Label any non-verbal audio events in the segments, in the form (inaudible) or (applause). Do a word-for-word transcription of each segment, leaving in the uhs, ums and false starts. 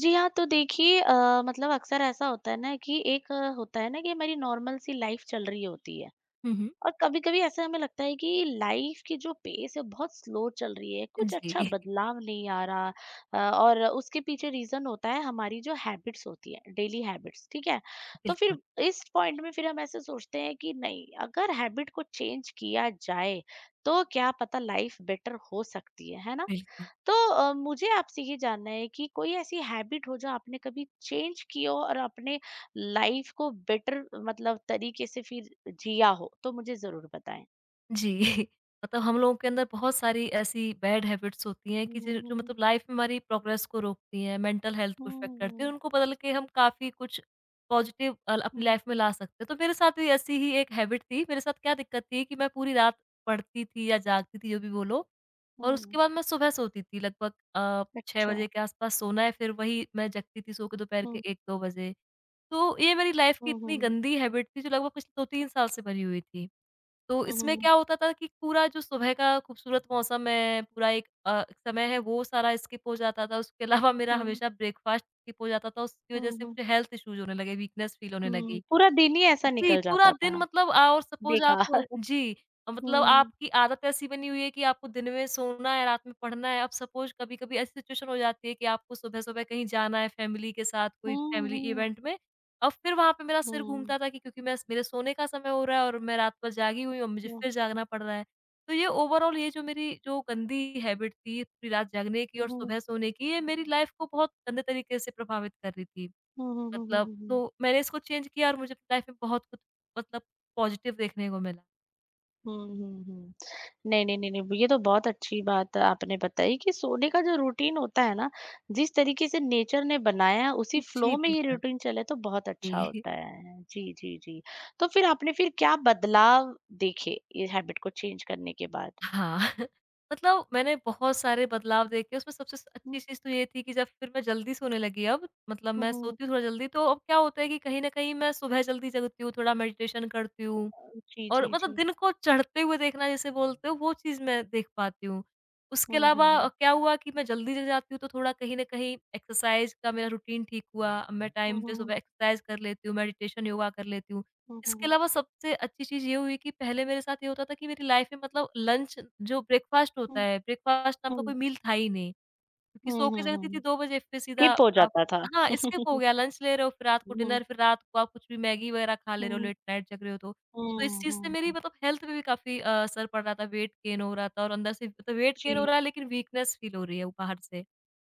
जी हाँ, तो देखिए अ, मतलब अक्सर ऐसा होता है ना कि एक अ, होता है ना कि हमारी नॉर्मल सी लाइफ चल रही होती है। हुँ, हुँ। और कभी-कभी ऐसा हमें लगता है कि लाइफ की जो पेस है बहुत स्लो चल रही है, कुछ अच्छा जी, (laughs) बदलाव नहीं आ रहा। अ, और उसके पीछे रीज़न होता है हमारी जो हैबिट्स होती है, डेली हैबिट्स, ठीक है? तो फिर बिल्कुल, इस पॉइंट में फिर हम ऐसे सोचते हैं कि नहीं, अगर हैबिट को चेंज किया जाए, तो क्या पता लाइफ बेटर हो सकती है, है ना? बिल्कुल। तो अ, मुझे आपसे ये जानना है कि कोई ऐसी हैबिट हो जो आपने कभी चेंज की हो और अपने लाइफ को बेटर मतलब तरीके से फिर जिया हो तो मुझे जरूर बताएं। जी, (laughs) मतलब हम लोगों के अंदर बहुत सारी ऐसी बैड हैबिट्स होती हैं कि जो जो हम्म। मतलब लाइफ़ में हमारी प्रोग्रेस को रोकती हैं, मेंटल हेल्थ को इफ़ेक्ट करती हैं, हम्म। उनको बदल के हम काफ़ी कुछ पॉजिटिव अ, अपनी हम्म। लाइफ़ में ला सकते हैं। तो मेरे साथ भी ऐसी ही एक हैबिट थी। मेरे साथ क्या दिक्कत थी कि मैं पूरी रात पढ़ती थी या जागती थी, जो भी बोलो, और उसके हम्म। बाद मैं सुबह सोती थी लगभग अ, छह अच्छा। बजे के आस-पास सोना है, फिर वही मैं जगती थी सो के दोपहर के हम्म। एक दो बजे। तो ये मेरी लाइफ की इतनी हम्म। गंदी हैबिट थी जो लगभग पिछले दो तीन साल से भरी हुई थी। तो इसमें हम्म। क्या होता था कि पूरा जो सुबह का खूबसूरत मौसम है, पूरा एक अ, समय है वो सारा स्किप हो जाता था। उसके अलावा मेरा हम्म। हमेशा ब्रेकफ़ास्ट स्किप हो जाता था, उसकी वज़ह से हम्म। मुझे हेल्थ इश्यूज़ होने लगे, वीकनेस फ़ील होने हम्म लगी। पूरा दिन ही ऐसा जी, निकल पूरा जाता दिन था। मतलब अ, और सपोज़ आप। देखा। जी, मतलब हम्म। आपकी आदत ऐसी बनी हुई है कि आपको दिन में सोना है, रात में पढ़ना है। अब सपोज़ कभी-कभी ऐसी सिचुएशन हो जाती है कि आपको सुबह-सुबह कहीं जाना है फैमिली के साथ, कोई हम्म। फैमिली हम्म। इवेंट में। अब फिर वहाँ पे मेरा सिर हम्म। घूमता था कि क्योंकि मैं मेरे सोने का समय हो रहा है और मैं रात भर जागी हुई हूँ, मुझे हम्म। फिर जागना पड़ रहा है। तो ये ओवरऑल ये जो मेरी जो गंदी हैबिट थी पूरी रात जागने की और हम्म। सुबह सोने की, ये मेरी लाइफ़ को बहुत गंदे तरीके से प्रभावित कर रही थी। हम्म। हम्म। मतलब हम्म। तो मैंने इसको चेंज किया और मुझे अपनी लाइफ में बहुत कुछ मतलब पॉजिटिव देखने को मिला। हम्म। हम्म। नहीं, नहीं, नहीं, नहीं, ये तो बहुत अच्छी बात आपने बताई कि सोने का जो रूटीन होता है ना, जिस तरीके से नेचर ने बनाया है, उसी फ्लो जी, में ये बिल्कुल। रूटीन चले तो बहुत अच्छा जी। होता है। जी, जी, जी। तो फिर आपने फिर क्या बदलाव देखे, ये हैबिट को चेंज करने के बाद? हाँ, (laughs) मतलब मैंने बहुत सारे बदलाव देखे, उसमें सबसे स अच्छी हुँ, चीज़ तो ये थी कि जब फिर मैं जल्दी सोने लगी अब, मतलब हुँ, मैं हुँ। सोती हूँ थोड़ा जल्दी तो अब क्या होता है कि कहीं न कहीं मैं सुबह जल्दी जगती हूँ, थोड़ा मेडिटेशन करती हूँ। अ, जी, और जी, मतलब जी। दिन को चढ़ते हुए देखना जिसे बोलते हो, वो चीज़ मैं देख पाती हूँ। उसके हुँ, अलावा हुँ, अ, हुँ। क्या हुआ कि मैं जल्दी जग जाती हूँ तो थोड़ा कहीं न कहीं एक्सरसाइज़ का मेरा रूटीन ठीक हुआ। अब मैं हुँ, टाइम पे हुँ, हुँ। सुबह एक्सरसाइज़ कर लेती हूँ, मेडिटेशन, योगा कर लेती हूँ। हुँ, हुँ, इसके हुँ। अलावा सबसे अच्छी चीज़ ये हुई कि पहले मेरे साथ ये होता था कि मेरी लाइफ़ में मतलब लंच जो ब्रेकफ़ास्ट होता हुँ, है, ब्रेकफ़ास्ट नाम का हुँ। कोई मील था ही नहीं। क्योंकि सो हुँ, के हुँ, जाती थी हुँ। दो बजे फिर सीधा स्किप हो आप। जाता था। हाँ, स्किप हो (laughs) गया, लंच ले रहे हो फिर रात को हुँ, हुँ, डिनर, फिर रात को आप कुछ भी मैगी वगैरह खा ले रहे हो, हुँ, लेट नाइट जग रहे हो तो। तो इस हुँ, चीज़ से हुँ, मेरी हुँ। मतलब हेल्थ पे भी काफ़ी अ, असर पड़ रहा था, वेट गेन हो रहा था, और अंदर से मतलब वेट गेन हो जी। रहा है लेकिन वीकनेस फील हो रही है वो बाहर से।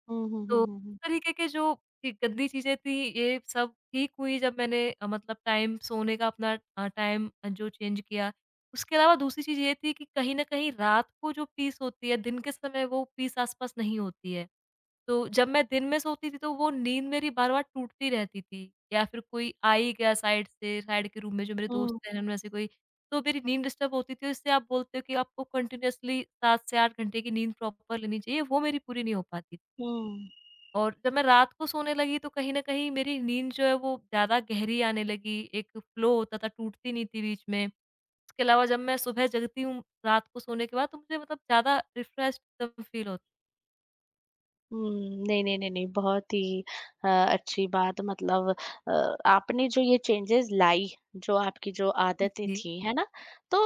हुँ, हुँ, तो हुँ, हुँ, हुँ। इस तरीके के जो ये गंदी चीज़ें थी, ये सब ठीक हुई जब मैंने अ, मतलब टाइम सोने का अपना अ, टाइम जो चेंज किया। उसके अलावा दूसरी चीज़ ये थी कि कहीं न कहीं रात को जो पीस होती है दिन के समय वो पीस आस-पास नहीं होती है। तो जब मैं दिन में सोती थी तो वो नींद मेरी बार-बार टूटती रहती थी, या फिर कोई आ ही गया साइड से, साइड के रूम में जो मेरे दोस्त हुँ, हैं उनमें से कोई, तो मेरी नींद डिस्टर्ब होती थी। और इससे आप बोलते हो कि आपको कंटिन्यूअसली सात से आठ घंटे की नींद प्रॉपर लेनी चाहिए, वो मेरी पूरी नहीं हो पाती थी। हुँ। और जब मैं रात को सोने लगी तो कहीं न कहीं मेरी नींद जो है वो ज़्यादा गहरी आने लगी, एक फ्लो होता था, टूटती नहीं थी बीच में। इसके अलावा जब मैं सुबह जगती हूँ रात को सोने के बाद तो मुझे मतलब ज़्यादा रिफ्रेश्ड एकदम फील होता हुँ, नहीं, नहीं, नहीं, नहीं, बहुत ही अ, अच्छी बात मतलब। अ, आपने जो ये चेंजेज़ लाई, जो आपकी जो है। आदतें जी, थी, है ना? तो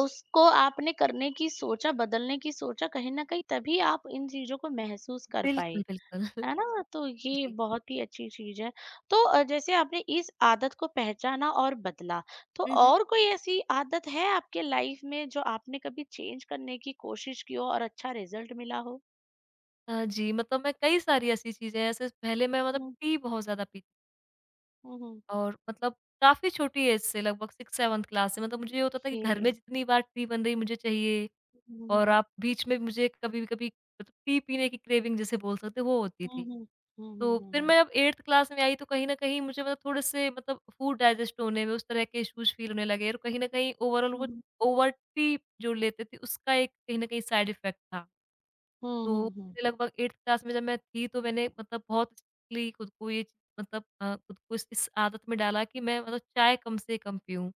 उसको आपने करने की सोचा, बदलने की सोचा कहीं न कहीं तभी आप इन चीज़ों को महसूस कर पाए, बिल्कुल, बिल्कुल। है ना? तो (laughs) ये जी। बहुत ही अच्छी चीज़ है। तो अ, जैसे आपने इस आदत को पहचाना और बदला, तो हुँ, हुँ। और कोई ऐसी आदत है आपके लाइफ़ में जो आपने कभी चेंज करने की कोशिश की हो और अच्छा रिज़ल्ट मिला हो? अ, जी, मतलब मैं कई सारी ऐसी चीज़ें हैं, ऐसे पहले मैं मतलब हुँ, टी बहुत ज़्यादा पीती थी, हुँ, हुँ। और मतलब काफ़ी छोटी एज से लगभग छह सात क्लास से मतलब मुझे ये होता था कि घर में She. जितनी बार टी बन रही मुझे चाहिए। और Mhm, आप बीच में मुझे कभी-कभी मतलब टी पीने की क्रेविंग जिसे बोल सकते हो वो होती थी। mhm, mhm, तो फिर mhm, मैं अब एटथ क्लास में आई तो कहीं न कहीं मुझे मतलब थोड़े-से मतलब फूड डाइजेस्ट होने में उस तरह के इश्यूज़ फ़ील होने लगे और कहीं न कहीं ओवरऑल वो mhm, ओवर टी जो लेते थे उसका एक कहीं न कहीं साइड इफ़ेक्ट था। तो mhm, मैंने लगभग एटथ क्लास में जब मैं थी तो मैंने मतलब बहुत स्ट्रिक्टली खुद को ये चीज़ मतलब अ, खुद को इस इस आदत में डाला कि मैं मतलब चाय कम से कम पीऊँ।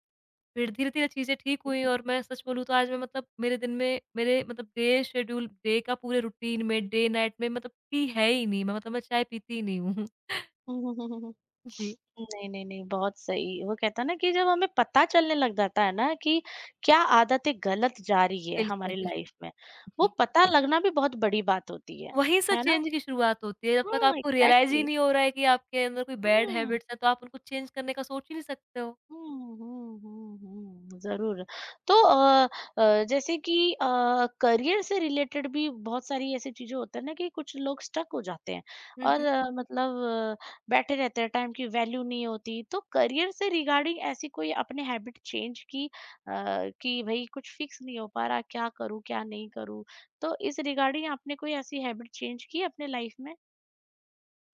फिर धीरे-धीरे चीज़ें ठीक हुई और मैं सच बोलूँ तो आज मैं मतलब मेरे दिन में मेरे मतलब डे शेड्यूल डे का पूरे रूटीन में डे नाइट में मतलब टी है ही नहीं, मैं मतलब मैं चाय पीती ही नहीं हूँ। (laughs) mhm, mhm। जी। नहीं, नहीं, नहीं, बहुत सही। वो कहता है ना कि जब हमें पता चलने लग जाता है ना कि क्या आदतें गलत जा रही है बिल्कुल, हमारी बिल्कुल। लाइफ में, वो जी। पता लगना भी बहुत बड़ी बात होती है। वहीं से है ना? चेंज की शुरुआत होती है, जब तक हुँ, आपको रियलाइज़ ही एग्ज़ैक्टली। नहीं हो रहा है कि आपके अंदर कोई बैड हुँ। हैबिट्स हैं, तो आप उनको चेंज करने का सोच ही नहीं सकते हो। हुँ, हुँ, हुँ, हुँ, ज़रूर। तो अ अ, जैसे कि अ, करियर से रिलेटेड भी बहुत सारी ऐसी चीज़ें होती हैं ना कि कुछ लोग स्टक हो जाते हैं और अ, मतलब अ, बैठे रहते हैं, टाइम की वैल्यू नहीं होती। तो करियर से रिगार्डिंग ऐसी कोई आपने हैबिट चेंज की अ, कि भई कुछ फिक्स नहीं हो पा रहा, क्या करूँ, क्या नहीं करूँ? तो इस रिगार्डिंग आपने कोई ऐसी हैबिट चेंज की अपने लाइफ में?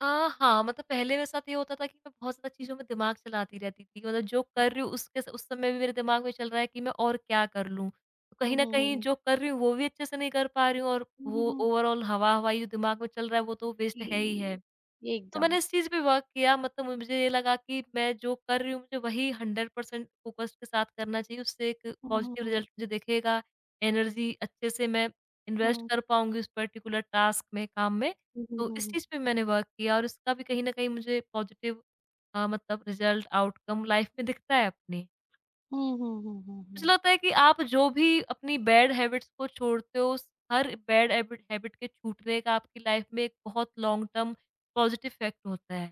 अ, हाँ, मतलब पहले मेरे साथ ये होता था कि मैं बहुत ज़्यादा चीज़ों में दिमाग चलाती रहती थी। मतलब जो कर रही हूँ उसके उस समय भी मेरे दिमाग में चल रहा है कि मैं और क्या कर लूँ? तो कहीं हुँ, न हुँ, हुँ, कहीं हुँ। जो कर रही हूँ वो भी अच्छे से नहीं कर पा रही हूँ और हुँ, हुँ, वो हुँ। ओवरऑल हवा-हवाई जो दिमाग में चल रहा है वो तो वेस्ट है ही जी, है। तो मैंने एकदम। इस चीज़ पे वर्क किया, मतलब मुझे ये लगा कि मैं जो कर रही हूँ मुझे वही हंड्रेड परसेंट फ़ोकस्ड के साथ करना चाहिए, उससे एक हुँ, हुँ, पॉज़िटिव हुँ। रिज़ल्ट मुझे दिखेगा, एनर्जी अच्छे से मैं इन्वेस्ट हुँ। कर पाऊँगी उस पर्टिकुलर टास्क में, काम में। हुँ, हुँ, तो हुँ, इस हुँ। चीज़ पे मैंने वर्क किया और इसका भी कहीं न कहीं मुझे पॉज़िटिव अ, मतलब रिज़ल्ट, आउटकम लाइफ़ में दिखता है अपनी। हुँ, हुँ, हुँ, हुँ, मुझे हुँ। लगता है कि आप जो भी अपनी बैड हैबिट्स को छोड़ते हो, उस हर बैड हैबिट हैबिट के छूटने का आपकी लाइफ़ में एक बहुत लॉन्ग टर्म पॉज़िटिव इफ़ेक्ट होता है।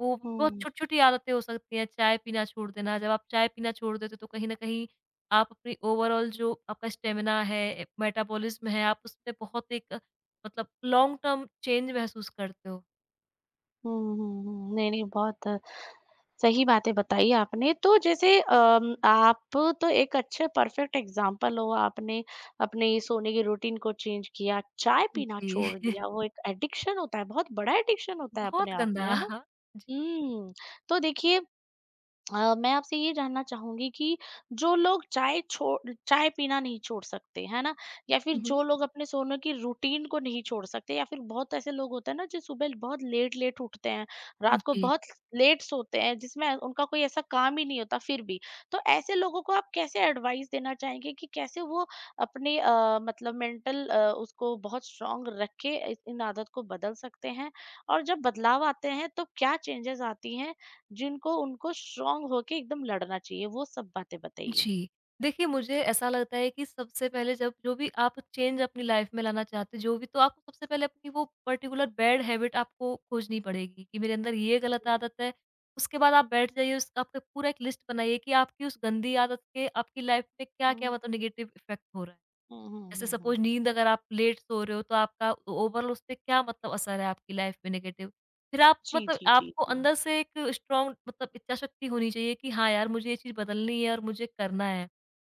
वो बहुत हुँ। छोटी-छोटी आदतें हो सकती हैं, चाय पीना छोड़ देना, जब आप चाय पीना छोड़ देते हो तो कहीं न कहीं आप अपनी ओवरऑल जो आपका स्टेमिना है, मेटाबॉलिज़्म है, आप उसमें बहुत एक अ, मतलब लॉन्ग टर्म चेंज महसूस करते हो। हुँ, हुँ, हुँ। नहीं, नहीं, बहुत सही बातें बताई आपने। तो जैसे अम, आप तो एक अच्छे परफेक्ट एग्ज़ाम्पल हो, आपने अपने सोने की रूटीन को चेंज किया, चाय पीना जी, छोड़ (laughs) दिया, वो एक एडिक्शन होता है, बहुत बड़ा एडिक्शन होता है अपने बहुत आप में, गंदा। है ना? हाँ, जी। हुँ। तो देखिए अ, मैं आपसे ये जानना चाहूँगी कि जो लोग चाय छोड़ चाय पीना नहीं छोड़ सकते, है ना? या फिर हुँ, हुँ। जो लोग अपने सोने की रूटीन को नहीं छोड़ सकते या फिर बहुत ऐसे लोग होते हैं ना, जो सुबह बहुत लेट-लेट उठते हैं, रात को जी। बहुत लेट सोते हैं, जिसमें उनका कोई ऐसा काम ही नहीं होता फिर भी। तो ऐसे लोगों को आप कैसे एडवाइस देना चाहेंगे कि कैसे वो अपने अ, मतलब मेंटल अ, उसको बहुत स्ट्रॉन्ग रख के इ इन आदत को बदल सकते हैं? और जब बदलाव आते हैं, तो क्या चेंजेज़ आती हैं? जिनको उनको स्ट्रांग होके एकदम लड़ना चाहिए, वो सब बातें बताइए। जी। देखिए, मुझे ऐसा लगता है कि सबसे पहले जब जो भी आप चेंज अपनी लाइफ़ में लाना चाहते हो, जो भी तो आपको सबसे पहले अपनी वो पर्टिकुलर बैड हैबिट आपको खोजनी पड़ेगी कि मेरे अंदर ये गलत आदत है। उसके बाद आप बैठ जाइए, उस आपका पूरा एक लिस्ट बनाइए कि आपकी उस गंदी आदत के आपकी लाइफ़ में क्या-क्या हुँ, मतलब नेगेटिव इफ़ेक्ट हो रहा है। हुँ, हुँ, हुँ, जैसे हुँ, हुँ। सपोज़ नींद अगर आप लेट सो रहे हो तो आपका ओवरऑल उस पे क्या मतलब असर है आपकी लाइफ़ में नेगेटिव? फिर आप जी, मतलब जी, जी, आपको जी। अंदर से एक स्ट्रॉन्ग मतलब इच्छा शक्ति होनी चाहिए कि हाँ यार, मुझे ये चीज़ बदलनी है और मुझे करना है।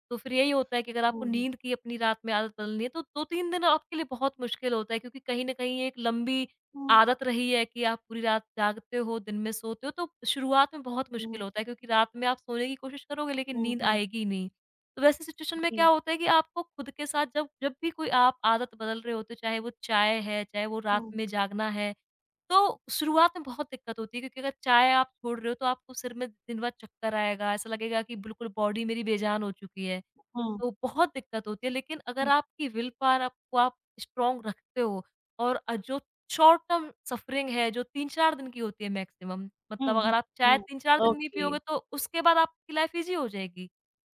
तो फिर यही होता है कि अगर आपको हुँ, हुँ, नींद की अपनी रात में आदत बदलनी है तो दो तीन दिन आपके लिए बहुत मुश्किल होता है क्योंकि कहीं न कहीं एक लंबी हुँ, आदत रही है कि आप पूरी रात जागते हो, दिन में सोते हो तो शुरुआत में बहुत मुश्किल हुँ, होता है क्योंकि रात में आप सोने की कोशिश करोगे लेकिन हुँ, नींद हुँ, आएगी ही नहीं। तो वैसी सिचुएशन में क्या जी। होता है कि आपको खुद के साथ जब जब भी कोई आप आदत बदल रहे होते हो, चाहे वो चाय है, चाहे वो रात हुँ, में जागना है, तो शुरुआत में बहुत दिक्कत होती है क्योंकि अगर चाय आप छोड़ रहे हो तो आपको सिर में दिन भर चक्कर आएगा, ऐसा लगेगा कि बिल्कुल बॉडी मेरी बेजान हो चुकी है। हुँ। तो बहुत दिक्कत होती है, लेकिन अगर हुँ, आपकी विल पावर आपको आप स्ट्रॉन्ग रखते हो और अ, जो शॉर्ट टर्म सफ़रिंग है, जो तीन चार दिन की होती है मैक्सिमम, हुँ, मतलब अगर हुँ, आप चाय हुँ। तीन चार दिन नहीं ओके, पियोगे, तो उसके बाद आपकी लाइफ ईज़ी हो जाएगी।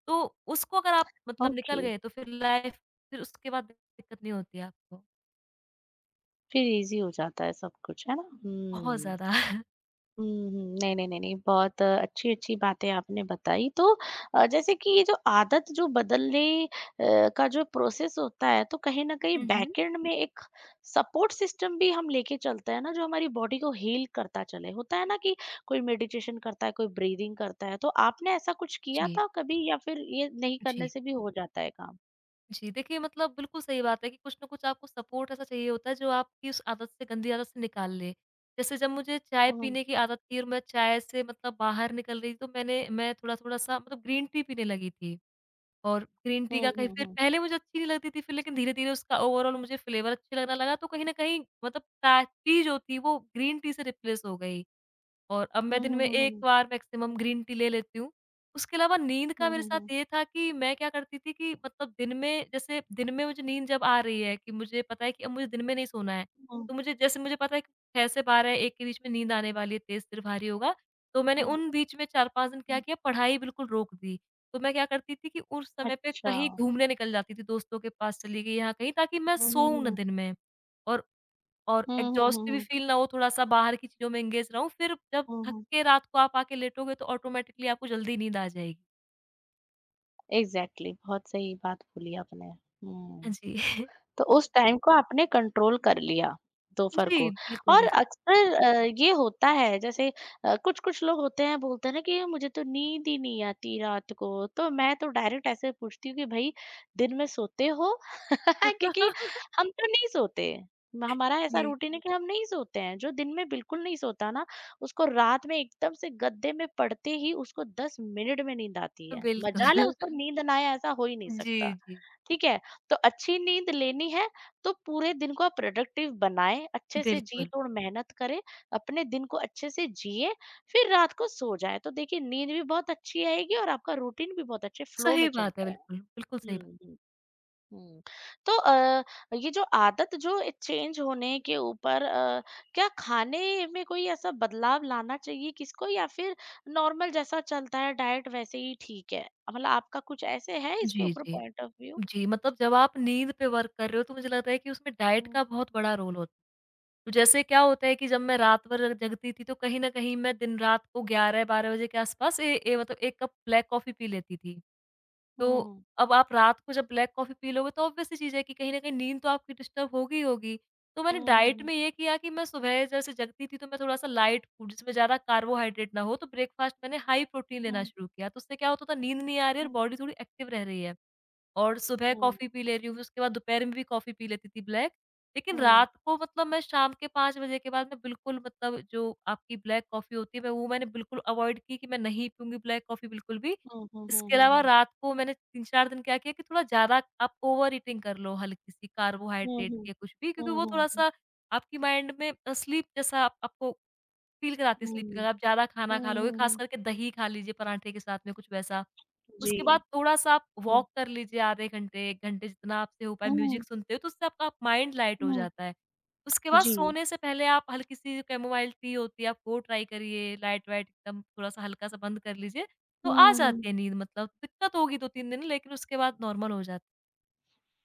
तो उसको अगर आप मतलब निकल ओके। गए, तो फिर लाइफ फिर उसके बाद दिक्कत नहीं होती है आपको, फिर ईज़ी हो जाता है सब कुछ, है ना? बहुत हुँ। ज़्यादा। हुँ, हुँ। हुँ, हुँ। नहीं, नहीं, नहीं, नहीं, बहुत अच्छी-अच्छी बातें आपने बताई। तो अ, जैसे कि ये जो आदत जो बदलने अ, का जो प्रोसेस होता है, तो कहीं न कहीं बैकएंड (laughs) में एक सपोर्ट सिस्टम भी हम लेके चलते हैं ना, जो हमारी बॉडी को हील करता चले। होता है ना कि कोई मेडिटेशन करता है, कोई ब्रीदिंग करता है, तो आपने ऐसा कुछ किया जी, था कभी या फिर ये नहीं करने जी। से भी हो जाता है काम? जी, देखिए मतलब बिल्कुल सही बात है कि कुछ न कुछ आपको सपोर्ट ऐसा चाहिए होता है जो आपकी उस आदत से गंदी आदत से निकाल ले। जैसे जब मुझे चाय हुँ, पीने की आदत थी और मैं चाय से मतलब बाहर निकल रही तो मैंने मैं थोड़ा-थोड़ा सा मतलब ग्रीन टी पीने लगी थी और ग्रीन टी हुँ, का कहीं हुँ, फिर हुँ। पहले मुझे अच्छी नहीं लगती थी फिर लेकिन धीरे-धीरे उसका ओवरऑल मुझे फ्लेवर अच्छा लगने लगा, तो कहीं न कहीं मतलब टा टी जो थी वो ग्रीन टी से रिप्लेस हो गई। और अब हुँ, मैं दिन हुँ, में हुँ, हुँ, एक हुँ। बार मैक्सिमम ग्रीन टी ले लेती हूँ। उसके अलावा नींद का हुँ, मेरे हुँ, हुँ। साथ ये था कि मैं क्या करती थी कि मतलब दिन में जैसे दिन में मुझे नींद जब आ रही है कि मुझे पता है कि अब मुझे दिन में नहीं सोना है, हुँ, तो मुझे जैसे मुझे पता है कि छह से बारह एक के बीच में नींद आने वाली है, तेज़ से भारी होगा, तो मैंने हुँ, उन बीच में चार-पाँच दिन क्या हुँ। किया, पढ़ाई बिल्कुल रोक दी। तो मैं क्या करती थी कि उस समय पे अच्छा। कहीं घूमने निकल जाती थी, दोस्तों के पास चली गई, यहाँ कहीं ताकि मैं हुँ, हुँ, सोऊँ हुँ, ना हुँ। दिन में। और और हुँ, हुँ, हुँ, एग्ज़ॉस्ट भी हुँ। फ़ील ना हो, थोड़ा-सा बाहर की चीज़ों में एंगेज रहूँ, फिर जब हुँ, थक हुँ। के रात को आप आके लेटोगे तो ऑटोमेटिकली आपको जल्दी नींद आ जाएगी। एग्ज़ैक्टली बहुत सही बात बोली आपने। हाँ हुँ। जी। (laughs) तो उस टाइम को आपने कंट्रोल कर लिया दोपहर जी, को। बिल्कुल, और बिल्कुल। अक्सर अ, ये होता है जैसे अ, कुछ-कुछ लोग होते हैं बोलते हैं ना कि मुझे तो नींद ही नहीं आती रात को, तो मैं तो डायरेक्ट ऐसे पूछती हूँ कि भई दिन में सोते हो? (laughs) क्योंकि (laughs) हम तो नहीं सोते। म हमारा ऐसा जी, रूटीन है कि हम नहीं सोते हैं, जो दिन में बिल्कुल नहीं सोता ना, उसको रात में एकदम से गद्दे में पड़ते ही उसको दस मिनट में नींद आती है। बिल्कुल। मजाल है उसको नींद ना आए ऐसा हो ही नहीं (laughs) जी, सकता, जी, ठीक है? तो अच्छी नींद लेनी है तो पूरे दिन को आप प्रोडक्टिव बनाएँ, अच्छे से बिल्कुल। जी-तोड़ मेहनत करें, अपने दिन को अच्छे से जिए, फिर रात को सो जाएँ। तो देखिए नींद भी बहुत अच्छी आएगी और आपका रूटीन भी बहुत अच्छे फ्लो सही में चल बात है, जाएगा। बिल्कुल, बिल्कुल सही बात। हुँ, हुँ, हुँ। तो अ, ये जो आदत जो ए चेंज होने के ऊपर अ, क्या खाने में कोई ऐसा बदलाव लाना चाहिए किसको या फिर नॉर्मल जैसा चलता है डाइट वैसे ही ठीक है? मतलब आपका कुछ ऐसे है इसके जी, ऊपर जी। Point of view? जी, मतलब जब आप नींद पे वर्क कर रहे हो तो मुझे लगता है कि उसमें डाइट हुँ। का बहुत बड़ा रोल होता है। तो जैसे क्या होता है कि जब मैं रात भर अ, जगती थी तो कहीं न कहीं मैं दिन रात को ग्यारह-बारह बजे के आस-पास ए ए मतलब एक कप ब्लैक कॉफ़ी पी लेती थी। हुँ, तो हुँ, हुँ। अब आप रात को जब ब्लैक कॉफ़ी पी लोगे तो ऑब्वियस सी चीज़ है कि कहीं न कहीं नींद तो आपकी डिस्टर्ब होगी ही होगी। तो मैंने हुँ, हुँ, डाइट हुँ। में ये किया कि मैं सुबह जैसे जगती थी तो मैं थोड़ा-सा लाइट फूड जिसमें ज़्यादा कार्बोहाइड्रेट ना हो, तो ब्रेकफ़ास्ट मैंने हाई प्रोटीन लेना हुँ, शुरू किया। तो उससे क्या होता था, नींद नहीं आ रही है और हुँ, बॉडी थोड़ी एक्टिव रह रही है। और सुबह हुँ। कॉफ़ी पी ले रही हूँ, फिर उसके बाद दोपहर में भी कॉफ़ी पी लेती थी ब्लैक। लेकिन हुँ। रात को मतलब मैं शाम के पाँच बजे के बाद मैं बिल्कुल मतलब जो आपकी ब्लैक कॉफ़ी होती है, मैं वो मैंने बिल्कुल अवॉइड की कि मैं नहीं पीऊँगी ब्लैक कॉफ़ी बिल्कुल भी। हुँ, हुँ, हुँ, इसके हुँ, अलावा हुँ। रात को मैंने तीन-चार दिन क्या किया कि थोड़ा ज़्यादा आप ओवर ईटिंग कर लो हल्की-सी हुँ, कार्बोहाइड्रेट हुँ। के कुछ भी, क्योंकि हुँ, वो हुँ, हुँ। थोड़ा-सा आपकी माइंड में अ, स्लीप जैसा आप- आपको फ़ील कराती है स्लीप की, हुँ। अगर आप ज़्यादा खाना खा हुँ, लोगे, हुँ, ख़ास हुँ। करके दही खा लीजिए पराठे के साथ में कुछ वैसा। जी। उसके बाद थोड़ा-सा आप हुँ। वॉक कर लीजिए आधे घंटे, एक घंटे जितना आपसे हो पाए, हुँ, म्यूज़िक सुनते हो तो उससे आपका माइंड लाइट हो हुँ। जाता है। उसके बाद जी। सोने से पहले आप हल्की-सी जो कैमोमाइल टी होती है आप वो ट्राई करिए, लाइट-वाइट एकदम थोड़ा-सा हल्का-सा बंद कर लीजिए, तो आ हुँ, हुँ। जाती है नींद। मतलब दिक्कत होगी दो-तीन दिन लेकिन उसके बाद नॉर्मल हो जाती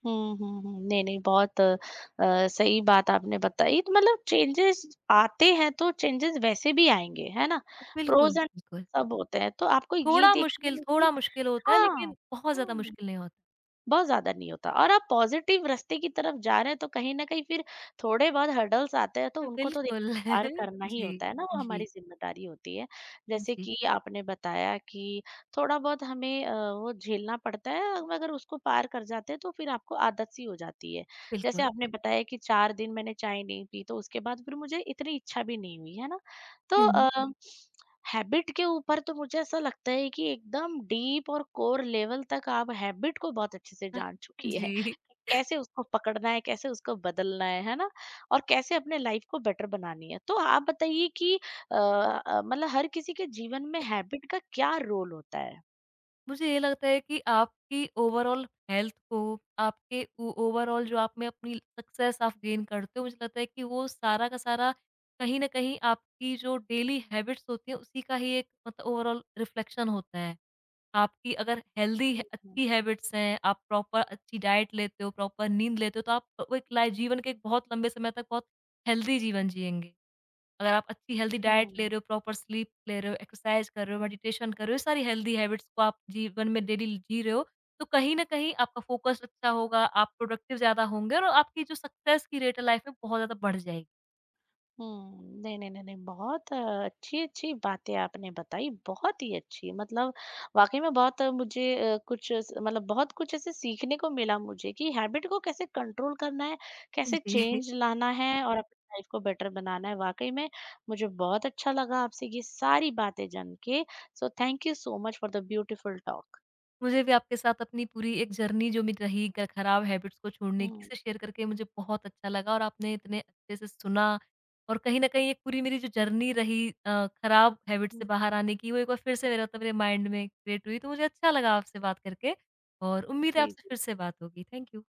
हुँ, हुँ, हुँ। नहीं, नहीं बहुत अ, अ, सही बात आपने बताई। तो मतलब चेंजेस आते हैं तो चेंजेस वैसे भी आएँगे, है ना? है। बिल्कुल, प्रोज़ एंड बिल्कुल। सब होते हैं तो आपको ये थोड़ा देखना मुश्किल है थोड़ा कि। मुश्किल होता है हाँ। लेकिन बहुत ज़्यादा हुँ। मुश्किल नहीं होता। बहुत ज़्यादा नहीं होता और आप पॉज़िटिव रास्ते की तरफ जा रहे हैं तो कहीं न कहीं फिर थोड़े बहुत हर्डल्स आते हैं तो उनको तो देखिए बिल्कुल। पार (laughs) करना ही जी, होता है ना, वो जी, हमारी ज़िम्मेदारी होती है। जैसे जी, कि आपने बताया कि थोड़ा बहुत हमें अ, वो झेलना पड़ता है, मगर उसको पार कर जाते हैं तो फिर आपको आदत सी हो जाती है। जैसे बिल्कुल। आपने बताया कि चार दिन मैंने चाय नहीं पी तो उसके बाद फिर मुझे इतनी इच्छा भी नहीं हुई, है ना? हुँ, तो हुँ। अ हम्म। हैबिट के ऊपर तो मुझे ऐसा लगता है कि एकदम डीप और कोर लेवल तक आप हैबिट को बहुत अच्छे से जान (laughs) चुकी है, जी, कैसे उसको पकड़ना है, कैसे उसको बदलना है है ना? और कैसे अपने लाइफ को बेटर बनानी है। तो आप बताइए कि अ, अ, मतलब हर किसी के जीवन में हैबिट का क्या रोल होता है। मुझे ये लगता है कि आपकी ओवरऑल हेल्थ को, आपके ओ ओवरऑल जो आप में अपनी सक्सेस आप गेन करते हो, मुझे लगता है कि वो सारा का सारा कहीं न कहीं आपकी जो डेली हैबिट्स होती हैं, उसी का ही एक मतलब ओवरऑल रिफ्लेक्शन होता है। आपकी अगर हेल्दी हम्म। अच्छी हैबिट्स हैं, आप प्रॉपर अच्छी डाइट लेते हो, प्रॉपर नींद लेते हो, तो आप वो एक लाइ जीवन के एक बहुत लंबे समय तक बहुत हेल्दी जीवन जिएँगे। अगर आप अच्छी हेल्दी डाइट ले हम्म। रहे हो, प्रॉपर स्लीप ले रहे हो, एक्सरसाइज़ कर रहे हो, मेडिटेशन कर रहे हो, सारी हेल्दी हैबिट्स को आप जीवन में डेली जी रहे हो, तो कहीं न कहीं आपका फ़ोकस अच्छा होगा, आप प्रोडक्टिव ज़्यादा होंगे और आपकी जो सक्सेस की रेट है लाइफ में बहुत ज़्यादा बढ़ जाएगी। हुँ, नहीं, नहीं, नहीं, नहीं, बहुत अच्छी-अच्छी बातें आपने बताई, बहुत ही अच्छी मतलब वाक़ई में बहुत अ, मुझे अ, कुछ स मतलब बहुत कुछ ऐसे सीखने को मिला मुझे कि हैबिट को कैसे कंट्रोल करना है, कैसे जी। चेंज लाना है और अपनी लाइफ़ को बेटर बनाना है। वाक़ई में मुझे बहुत अच्छा लगा आपसे ये सारी बातें जान के। So thank you so much for the beautiful talk. मुझे भी आपके साथ अपनी पूरी एक जर्नी जो मेरी रही ग खराब हैबिट्स को छोड़ने की, हुँ, इसे शेयर करके मुझे बहुत अच्छा लगा और आपने इतने अच्छे से सुना और कहीं न कहीं एक पूरी मेरी जो जर्नी रही अ, खराब हैबिट से हुँ। बाहर आने की, वो एक बार फिर से मेरा मतलब मेरे माइंड में क्रिएट हुई। तो मुझे अच्छा लगा आपसे बात करके और उम्मीद है जी, आपसे जी। फिर से बात होगी। Thank you.